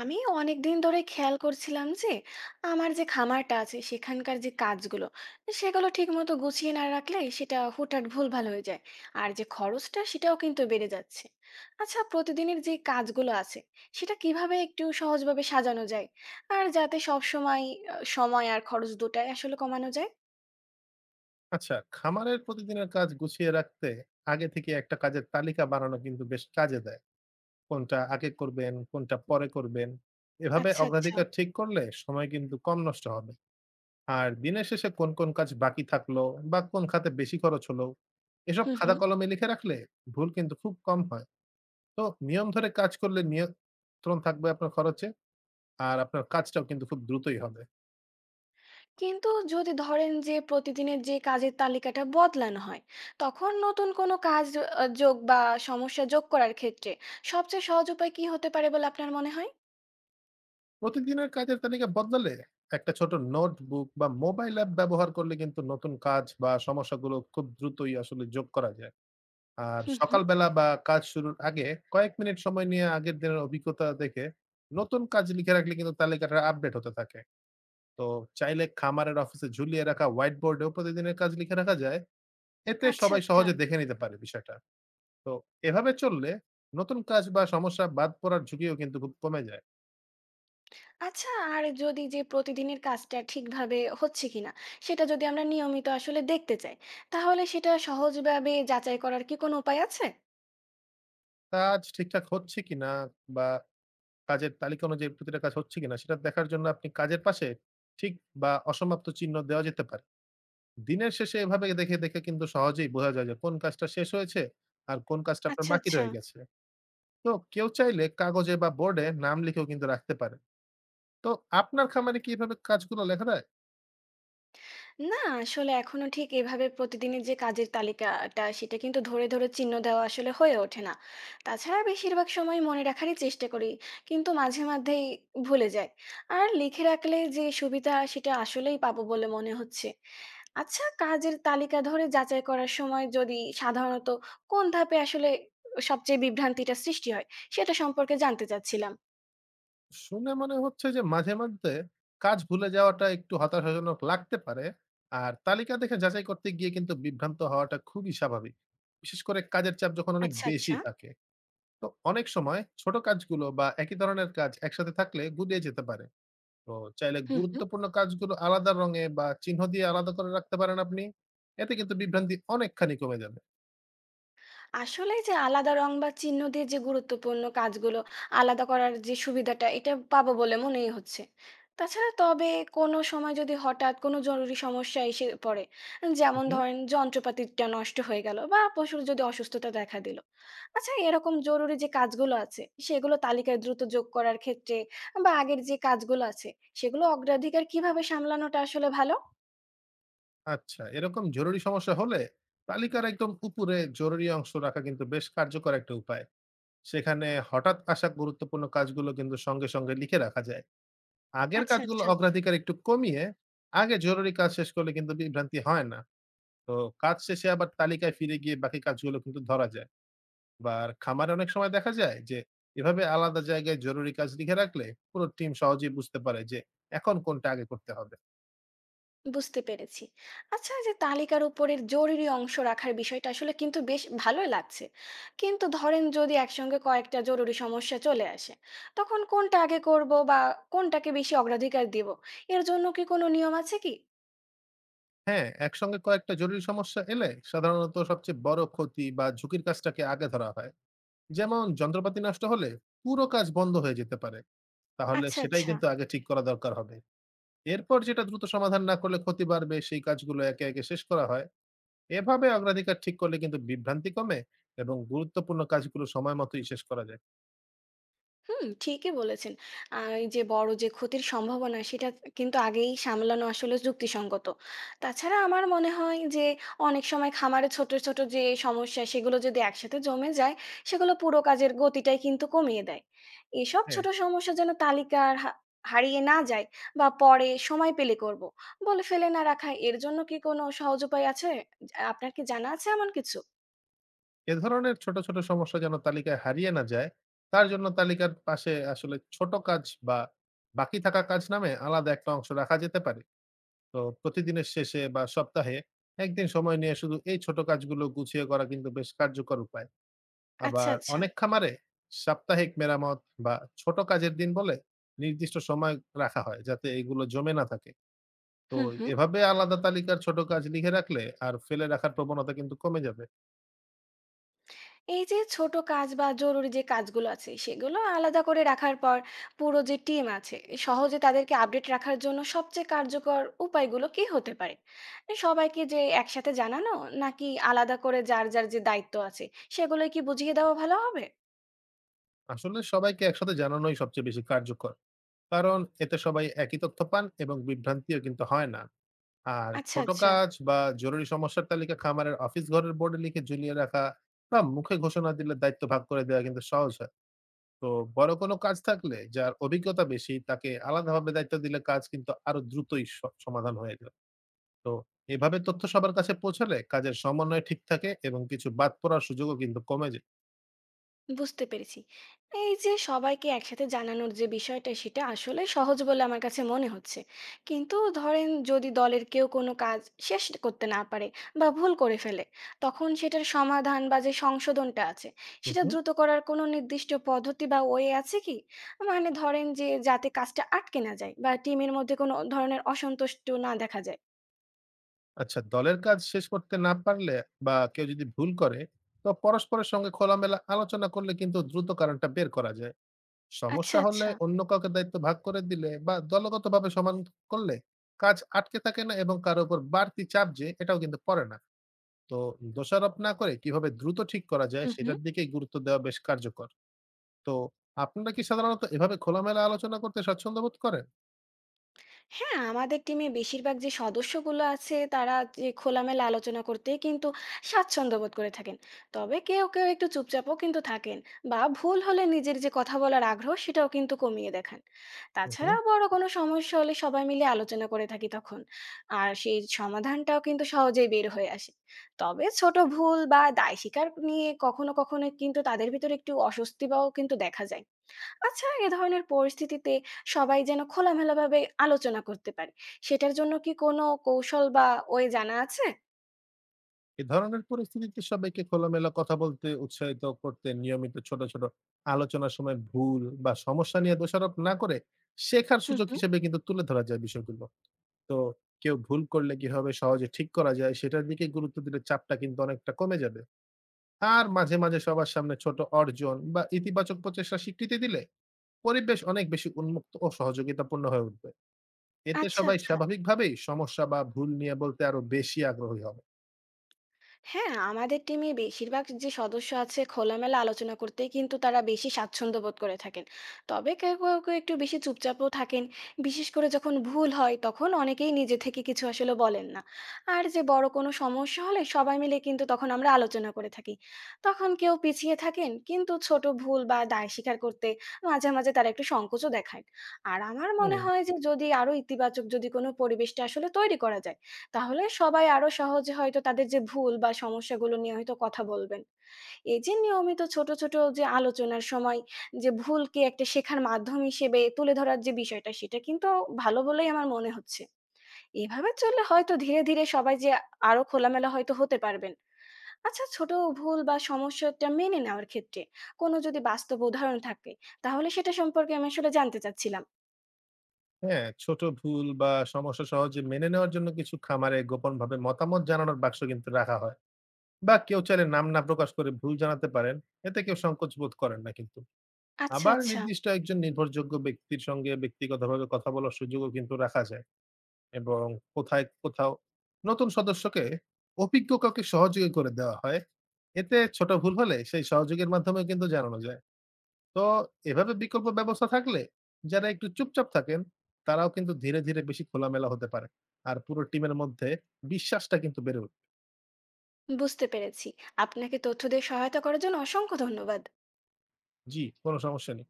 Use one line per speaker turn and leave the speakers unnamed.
আমি অনেকদিন ধরে খেয়াল করছিলাম যে আমার যে খামারটা আছে সেখানকার যে কাজগুলো সেগুলো ঠিক মতো গুছিয়ে না রাখলে সেটা হুটহাট ভুলভাল হয়ে যায় আর যে খরচটা সেটাও কিন্তু বেড়ে যাচ্ছে। আচ্ছা, প্রতিদিনের যে কাজগুলো আছে সেটা কিভাবে একটু সহজভাবে সাজানো যায় আর যাতে সব সময় সময় আর খরচ দুটাই আসলে কমানো যায়।
আচ্ছা, খামারের প্রতিদিনের কাজ গুছিয়ে রাখতে আগে থেকে একটা কাজের তালিকা বানানো কিন্তু বেশ কাজে দেয়। কোনটা আগে করবেন, কোনটা পরে করবেন। এভাবে
আচ্ছা আচ্ছা।
অগ্রাধিকার ঠিক করলে সময় কিন্তু কম নষ্ট হবে। আর দিনের শেষে কোন, কোন কাজ বাকি থাকলো বা কোন খাতে বেশি খরচ হলো, এসব
হুম
খাতা
হুম।
কলমে লিখে রাখলে ভুল কিন্তু খুব কম হয়। তো নিয়ম ধরে কাজ করলে নিয়ন্ত্রণ থাকবে আপনার খরচে, আর আপনার কাজটাও কিন্তু খুব দ্রুতই হবে।
কিন্তু যদি ধরেন যে প্রতিদিনের যে কাজের তালিকাটা বদলানো হয় তখন নতুন কোনো কাজ যোগ বা সমস্যা যোগ করার ক্ষেত্রে সবচেয়ে সহজ উপায় কি হতে পারে বলে আপনার মনে হয়?
প্রতিদিনের কাজের তালিকা বদলালে একটা ছোট নোটবুক বা মোবাইল অ্যাপ ব্যবহার করলে কিন্তু নতুন কাজ বা সমস্যাগুলো খুব দ্রুতই আসলে যোগ করা যায়। আর
হুম হুম।
সকালবেলা বা কাজ শুরুর আগে কয়েক মিনিট সময় নিয়ে আগের দিনের অভিজ্ঞতা দেখে নতুন কাজ লিখে রাখলে কিন্তু তালিকাটা আপডেট হতে থাকে। তো চাইলে খামারের অফিসে ঝুলিয়ে রাখা হোয়াইট বোর্ডেও প্রতিদিনের কাজ লিখে রাখা যায়। এতে
আচ্ছা
সবাই
আচ্ছা।
সহজে দেখে নিতে পারে বিষয়টা। তো এভাবে চললে নতুন কাজ বা সমস্যা বাদ পড়ার ঝুঁকিও কিন্তু খুব কমে যায়।
আচ্ছা, আর যদি যে প্রতিদিনের কাজটা ঠিকভাবে হচ্ছে কিনা সেটা যদি আমরা নিয়মিত আসলে দেখতে চাই তাহলে সেটা সহজভাবে যাচাই করার কি কোনো উপায় আছে?
কাজ ঠিকঠাক হচ্ছে কিনা বা কাজের তালিকা অনুযায়ী প্রতিটা কাজ হচ্ছে কিনা সেটা দেখার জন্য আপনি কাজের পাশে ঠিক বা অসমাপ্ত চিহ্ন দেওয়া যেতে পারে। দিনের শেষে এভাবে দেখে, দেখে কিন্তু সহজেই বোঝা যায় যে কোন কাজটা শেষ হয়েছে আর কোন কাজটা আপনার
আচ্ছা
বাকি
আচ্ছা।
রয়ে গেছে। তো কেউ চাইলে কাগজে বা বোর্ডে নাম লিখেও কিন্তু রাখতে পারে। তো আপনার খামারে কি এভাবে কাজগুলো লেখা যায়?
না, আসলে এখনো ঠিক এভাবে প্রতিদিনের যে কাজের তালিকাটা সেটা কিন্তু ধরে, ধরে চিহ্ন দেওয়া আসলে হয়ে ওঠে না। তাছাড়া বেশিরভাগ সময় মনে রাখারই চেষ্টা করি। কিন্তু মাঝে মাঝেই ভুলে যাই। আর লিখে রাখলে যে সুবিধা সেটা আসলেই পাবো বলে মনে হচ্ছে। আচ্ছা, কাজের তালিকা ধরে যাচাই করার সময় যদি সাধারণত কোন ধাপে আসলে সবচেয়ে বিভ্রান্তিটা সৃষ্টি হয় সেটা সম্পর্কে জানতে চাচ্ছিলাম।
শুনে মনে হচ্ছে যে মাঝে মধ্যে কাজ ভুলে যাওয়াটা একটু হতাশাজনক লাগতে পারে। আর তালিকা দেখে যাচাই করতে গিয়ে কিন্তু বিভ্রান্ত হওয়াটা খুবই স্বাভাবিক। বিশেষ করে কাজের চাপ যখন অনেক
আচ্ছা,
বেশি
আচ্ছা।
থাকে। তো অনেক সময় ছোট কাজগুলো বা একই ধরনের কাজ একসাথে থাকলে গুলিয়ে যেতে পারে। তো চাইলে
হু, হু।
গুরুত্বপূর্ণ কাজগুলো আলাদা রঙে বা চিহ্ন দিয়ে আলাদা করে রাখতে পারেন আপনি। এতে কিন্তু বিভ্রান্তি অনেকখানি কমে যাবে।
আসলে যে আলাদা রং বা চিহ্ন দিয়ে যে গুরুত্বপূর্ণ কাজগুলো আলাদা করার যে সুবিধাটা এটা পাবো বলে মনেই হচ্ছে। তাছাড়া তবে কোনো সময় যদি হঠাৎ কোনো জরুরি সমস্যা এসে পড়ে, যেমন
হুম।
ধরেন যন্ত্রপাতিটা নষ্ট হয়ে গেল বা পশুর যদি অসুস্থতা দেখা দিল। আচ্ছা, এরকম জরুরি যে কাজগুলো আছে সেগুলো তালিকায় দ্রুত যোগ করার ক্ষেত্রে বা আগের যে কাজগুলো আছে সেগুলো অগ্রাধিকার কিভাবে সামলানোটা আসলে ভালো?
আচ্ছা, এরকম জরুরি সমস্যা হলে তালিকার একদম উপরে জরুরি অংশ রাখা কিন্তু বেশ কার্যকর একটা উপায়। সেখানে হঠাৎ আসা গুরুত্বপূর্ণ কাজগুলো কিন্তু সঙ্গে, সঙ্গে লিখে রাখা যায়। আগের
আচ্ছা
কাজগুলো
আচ্ছা।
অগ্রাধিকার একটু কমিয়ে আগে জরুরি কাজ শেষ করলে কিন্তু বিভ্রান্তি হয় না। তো কাজ শেষে আবার তালিকায় ফিরে গিয়ে বাকি কাজগুলো কিন্তু ধরা যায়। বা আর খামারে অনেক সময় দেখা যায় যে এভাবে আলাদা জায়গায় জরুরি কাজ লিখে রাখলে পুরো টিম সহজেই বুঝতে পারে যে এখন কোনটা আগে করতে হবে।
বুঝতে পেরেছি। আচ্ছা, এই যে তালিকার উপরের জরুরি অংশ রাখার বিষয়টা আসলে কিন্তু বেশ ভালোই লাগছে। কিন্তু ধরেন যদি একসঙ্গে কয়েকটা জরুরি সমস্যা চলে আসে, তখন কোনটা আগে করব বা কোনটাকে বেশি অগ্রাধিকার দিব? এর জন্য কি কোনো নিয়ম আছে কি?
হ্যাঁ, একসঙ্গে কয়েকটা জরুরি সমস্যা এলে সাধারণত সবচেয়ে বড় ক্ষতি বা ঝুঁকির কাজটাকে আগে ধরা হয়। যেমন যন্ত্রপাতি নষ্ট হলে পুরো কাজ বন্ধ হয়ে যেতে পারে। তাহলে
আচ্ছা,
সেটাই
আচ্ছা।
কিন্তু আগে ঠিক করা দরকার হবে। এরপর যেটা দ্রুত সমাধান না করলে ক্ষতি বাড়বে সেই কাজগুলো একে, একে শেষ করা হয়। এভাবে অগ্রাধিকার ঠিক করলে কিন্তু বিভ্রান্তি কমে এবং গুরুত্বপূর্ণ কাজগুলো সময় মতোই শেষ করা যায়।
হুম, ঠিকই বলেছেন। আর এই যে বড় যে ক্ষতির সম্ভাবনা সেটা কিন্তু আগেই সামলানো আসলে যুক্তিসঙ্গত। তাছাড়া আমার মনে হয় যে অনেক সময় খামারে ছোট, ছোট যে সমস্যা সেগুলো যদি একসাথে জমে যায় সেগুলো পুরো কাজের গতিটাই কিন্তু কমিয়ে দেয়। এসব
হ্যাঁ,
ছোট সমস্যা যেন তালিকার হারিয়ে না যায় বা পরে সময় পেলে করব বলে ফেলে না রাখা এর জন্য কি কোনো সহজ উপায় আছে? আপনার কি জানা আছে এমন কিছু?
এ ধরনের ছোট, ছোট সমস্যা যেন তালিকায় হারিয়ে না যায়, তার জন্য তালিকার পাশে আসলে ছোট কাজ বা বাকি থাকা কাজ নামে আলাদা একটা অংশ রাখা যেতে পারে। তো প্রতিদিনের শেষে বা সপ্তাহে একদিন সময় নিয়ে শুধু এই ছোট কাজগুলো গুছিয়ে করা কিন্তু বেশ কার্যকর উপায়।
আচ্ছা,
আবার
আচ্ছা।
অনেক খামারে সাপ্তাহিক মেরামত বা ছোট কাজের দিন বলে নির্দিষ্ট সময় রাখা হয়, যাতে এগুলো জমে না থাকে। তো
হুম, হুম।
এভাবে আলাদা তালিকার ছোট কাজ লিখে রাখলে আর ফেলে রাখার প্রবণতা কিন্তু কমে যাবে।
এই যে ছোট কাজ বা জরুরি যে কাজগুলো আছে সেগুলো আলাদা করে রাখার পর পুরো যে টিম আছে সহজে তাদেরকে আপডেট রাখার জন্য সবচেয়ে কার্যকর উপায়গুলো কি হতে পারে? সবাইকে যে একসাথে জানানো নাকি আলাদা করে যার যার যে দায়িত্ব আছে সেগুলো কি বুঝিয়ে দেওয়া ভালো হবে?
আসলে সবাইকে একসাথে জানানোই সবচেয়ে বেশি কার্যকর। কারণ এতে সবাই একই তথ্য পান এবং বিভ্রান্তিও কিন্তু হয় না। আর
আচ্ছা
ছোট
আচ্ছা।
কাজ বা জরুরি সমস্যার তালিকা খামারের অফিস ঘরের বোর্ডে লিখে ঝুলিয়ে রাখা বা মুখে ঘোষণা দিলে দায়িত্ব ভাগ করে দেওয়া কিন্তু সহজ হয়। তো বড় কোনো কাজ থাকলে যার অভিজ্ঞতা বেশি তাকে আলাদাভাবে দায়িত্ব দিলে কাজ কিন্তু আরো দ্রুতই সমাধান হয়ে যায়। তো এভাবে তথ্য সবার কাছে পৌঁছালে কাজের সমন্বয় ঠিক থাকে এবং কিছু বাদ পড়ার সুযোগও কিন্তু কমে যায়।
বুঝতে পেরেছি। এই যে সবাইকে একসাথে জানানোর যে বিষয়টা সেটা আসলে সহজ বলে আমার কাছে মনে হচ্ছে। কিন্তু ধরেন যদি দলের কেউ কোনো কাজ শেষ করতে না পারে বা ভুল করে ফেলে, তখন সেটার সমাধান বা যে সংশোধনটা আছে
হুম
সেটা
হুম।
দ্রুত করার কোনো নির্দিষ্ট পদ্ধতি বা ওয়ে আছে কি? মানে ধরেন যে যাতে কাজটা আটকে না যায় বা টিমের মধ্যে কোনো ধরনের অসন্তুষ্ট না দেখা যায়।
আচ্ছা, দলের কাজ শেষ করতে না পারলে বা কেউ যদি ভুল করে তো পরস্পরের সঙ্গে খোলামেলা আলোচনা করলে কিন্তু দ্রুত কারণটা বের করা যায়।
আচ্ছা,
সমস্যা হলে
আচ্ছা।
অন্য কাউকে দায়িত্ব ভাগ করে দিলে বা দলগতভাবে সমান করলে কাজ আটকে থাকে না এবং কারো উপর বাড়তি চাপ যে এটাও কিন্তু পড়ে না। তো দোষারোপ না করে কিভাবে দ্রুত ঠিক করা যায়
হুম, হুম।
সেটার দিকেই গুরুত্ব দেওয়া বেশ কার্যকর। তো আপনারা কি সাধারণত এভাবে খোলামেলা আলোচনা করতে স্বাচ্ছন্দ্য বোধ করেন?
হ্যাঁ, আমাদের টিমে বেশিরভাগ যে সদস্যগুলো আছে তারা যে খোলামেলা আলোচনা করতে কিন্তু স্বাচ্ছন্দ্য বোধ করে থাকেন। তবে কেউ, কেউ একটু চুপচাপও কিন্তু থাকেন বা ভুল হলে নিজের যে কথা বলার আগ্রহ সেটাও কিন্তু কমিয়ে দেখান।
হুম, হুম।
তাছাড়া বড় কোনো সমস্যা হলে সবাই মিলে আলোচনা করে থাকি তখন। আর সেই সমাধানটাও কিন্তু সহজেই বের হয়ে আসে। তবে ছোট ভুল বা দায় স্বীকার নিয়ে কখনো, কখনো কিন্তু তাদের ভিতরে একটু অস্বস্তি বাও কিন্তু দেখা যায়। আচ্ছা, এ ধরনের পরিস্থিতিতে সবাই যেন খোলামেলাভাবে আলোচনা করতে পারে। সেটার জন্য কি কোনো কৌশল বা ওয়ে জানা আছে?
এ ধরনের পরিস্থিতিতে সবাইকে খোলামেলা কথা বলতে উৎসাহিত করতে নিয়মিত ছোট, ছোট আলোচনার সময় ভুল বা সমস্যা নিয়ে দোষারোপ না করে শেখার
হুম,
সুযোগ
হুম।
হিসেবে কিন্তু তুলে ধরা যায় বিষয়গুলো। তো কেউ ভুল করলে কিভাবে সহজে ঠিক করা যায় সেটার দিকে গুরুত্ব দিলে চাপটা কিন্তু অনেকটা কমে যাবে। আর মাঝে, মাঝে সবার সামনে ছোট অর্জন বা ইতিবাচক প্রচেষ্টার স্বীকৃতি দিলে পরিবেশ অনেক বেশি উন্মুক্ত ও সহযোগিতাপূর্ণ হয়ে উঠবে। এতে
আচ্ছা,
সবাই
আচ্ছা।
স্বাভাবিকভাবেই সমস্যা বা ভুল নিয়ে বলতে আরো বেশি আগ্রহী হবে।
হ্যাঁ, আমাদের টিমে বেশিরভাগ যে সদস্য আছে খোলামেলা আলোচনা করতে কিন্তু তারা বেশি স্বাচ্ছন্দ্য বোধ করে থাকেন। তবে কেউ, কেউ, কেউ একটু বেশি চুপচাপও থাকেন। বিশেষ করে যখন ভুল হয় তখন অনেকেই নিজে থেকে কিছু আসলে বলেন না। আর যে বড় কোনো সমস্যা হলে সবাই মিলে কিন্তু তখন আমরা আলোচনা করে থাকি। তখন কেউ পিছিয়ে থাকেন কিন্তু ছোট ভুল বা দায় স্বীকার করতে মাঝে, মাঝে তারা একটু সংকোচও দেখায়। আর আমার মনে
হুম।
হয় যে যদি আরো ইতিবাচক যদি কোনো পরিবেশটা আসলে তৈরি করা যায় তাহলে সবাই আরো সহজে হয়তো তাদের যে ভুল বা সমস্যাগুলো নিয়ে হয়তো কথা বলবেন। এই যে নিয়মিত ছোট, ছোট যে আলোচনার সময় যে ভুলকে একটা শেখার মাধ্যম হিসেবে তুলে ধরার যে বিষয়টা সেটা কিন্তু ভালো বলেই আমার মনে হচ্ছে। এভাবে চললে হয়তো ধীরে, ধীরে সবাই যে আরো খোলামেলা হয়তো হতে পারবেন। আচ্ছা, ছোট ভুল বা সমস্যাটা মেনে নেওয়ার ক্ষেত্রে কোনো যদি বাস্তব উদাহরণ থাকে তাহলে সেটা সম্পর্কে আমি আসলে জানতে চাচ্ছিলাম।
হ্যাঁ, ছোট ভুল বা সমস্যা সহজে মেনে নেওয়ার জন্য কিছু খামারে গোপনভাবে মতামত জানানোর বাক্স কিন্তু রাখা হয়। বা কেউ চাইলে নাম না প্রকাশ করে ভুল জানাতে পারেন। এতে কেউ সংকোচ বোধ করেন না কিন্তু।
আচ্ছা,
আবার
আচ্ছা।
নির্দিষ্ট একজন নির্ভরযোগ্য ব্যক্তির সঙ্গে ব্যক্তিগতভাবে কথা বলার সুযোগও কিন্তু রাখা যায়। এবং কোথায় কোথাও নতুন সদস্যকে অভিজ্ঞ কাউকে সহযোগী করে দেওয়া হয়। এতে ছোট ভুল হলে সেই সহযোগীর মাধ্যমে কিন্তু জানানো যায়। তো এভাবে বিকল্প ব্যবস্থা থাকলে যারা একটু চুপচাপ থাকেন তারাও কিন্তু ধীরে ধীরে বেশি খোলামেলা হতে পারে। আর পুরো টিমের মধ্যে বিশ্বাসটা কিন্তু বেড়ে ওঠে।
বুঝতে পেরেছি। আপনাকে তথ্য দিয়ে সহায়তা করার জন্য অসংখ্য ধন্যবাদ।
জি, কোনো সমস্যা নেই।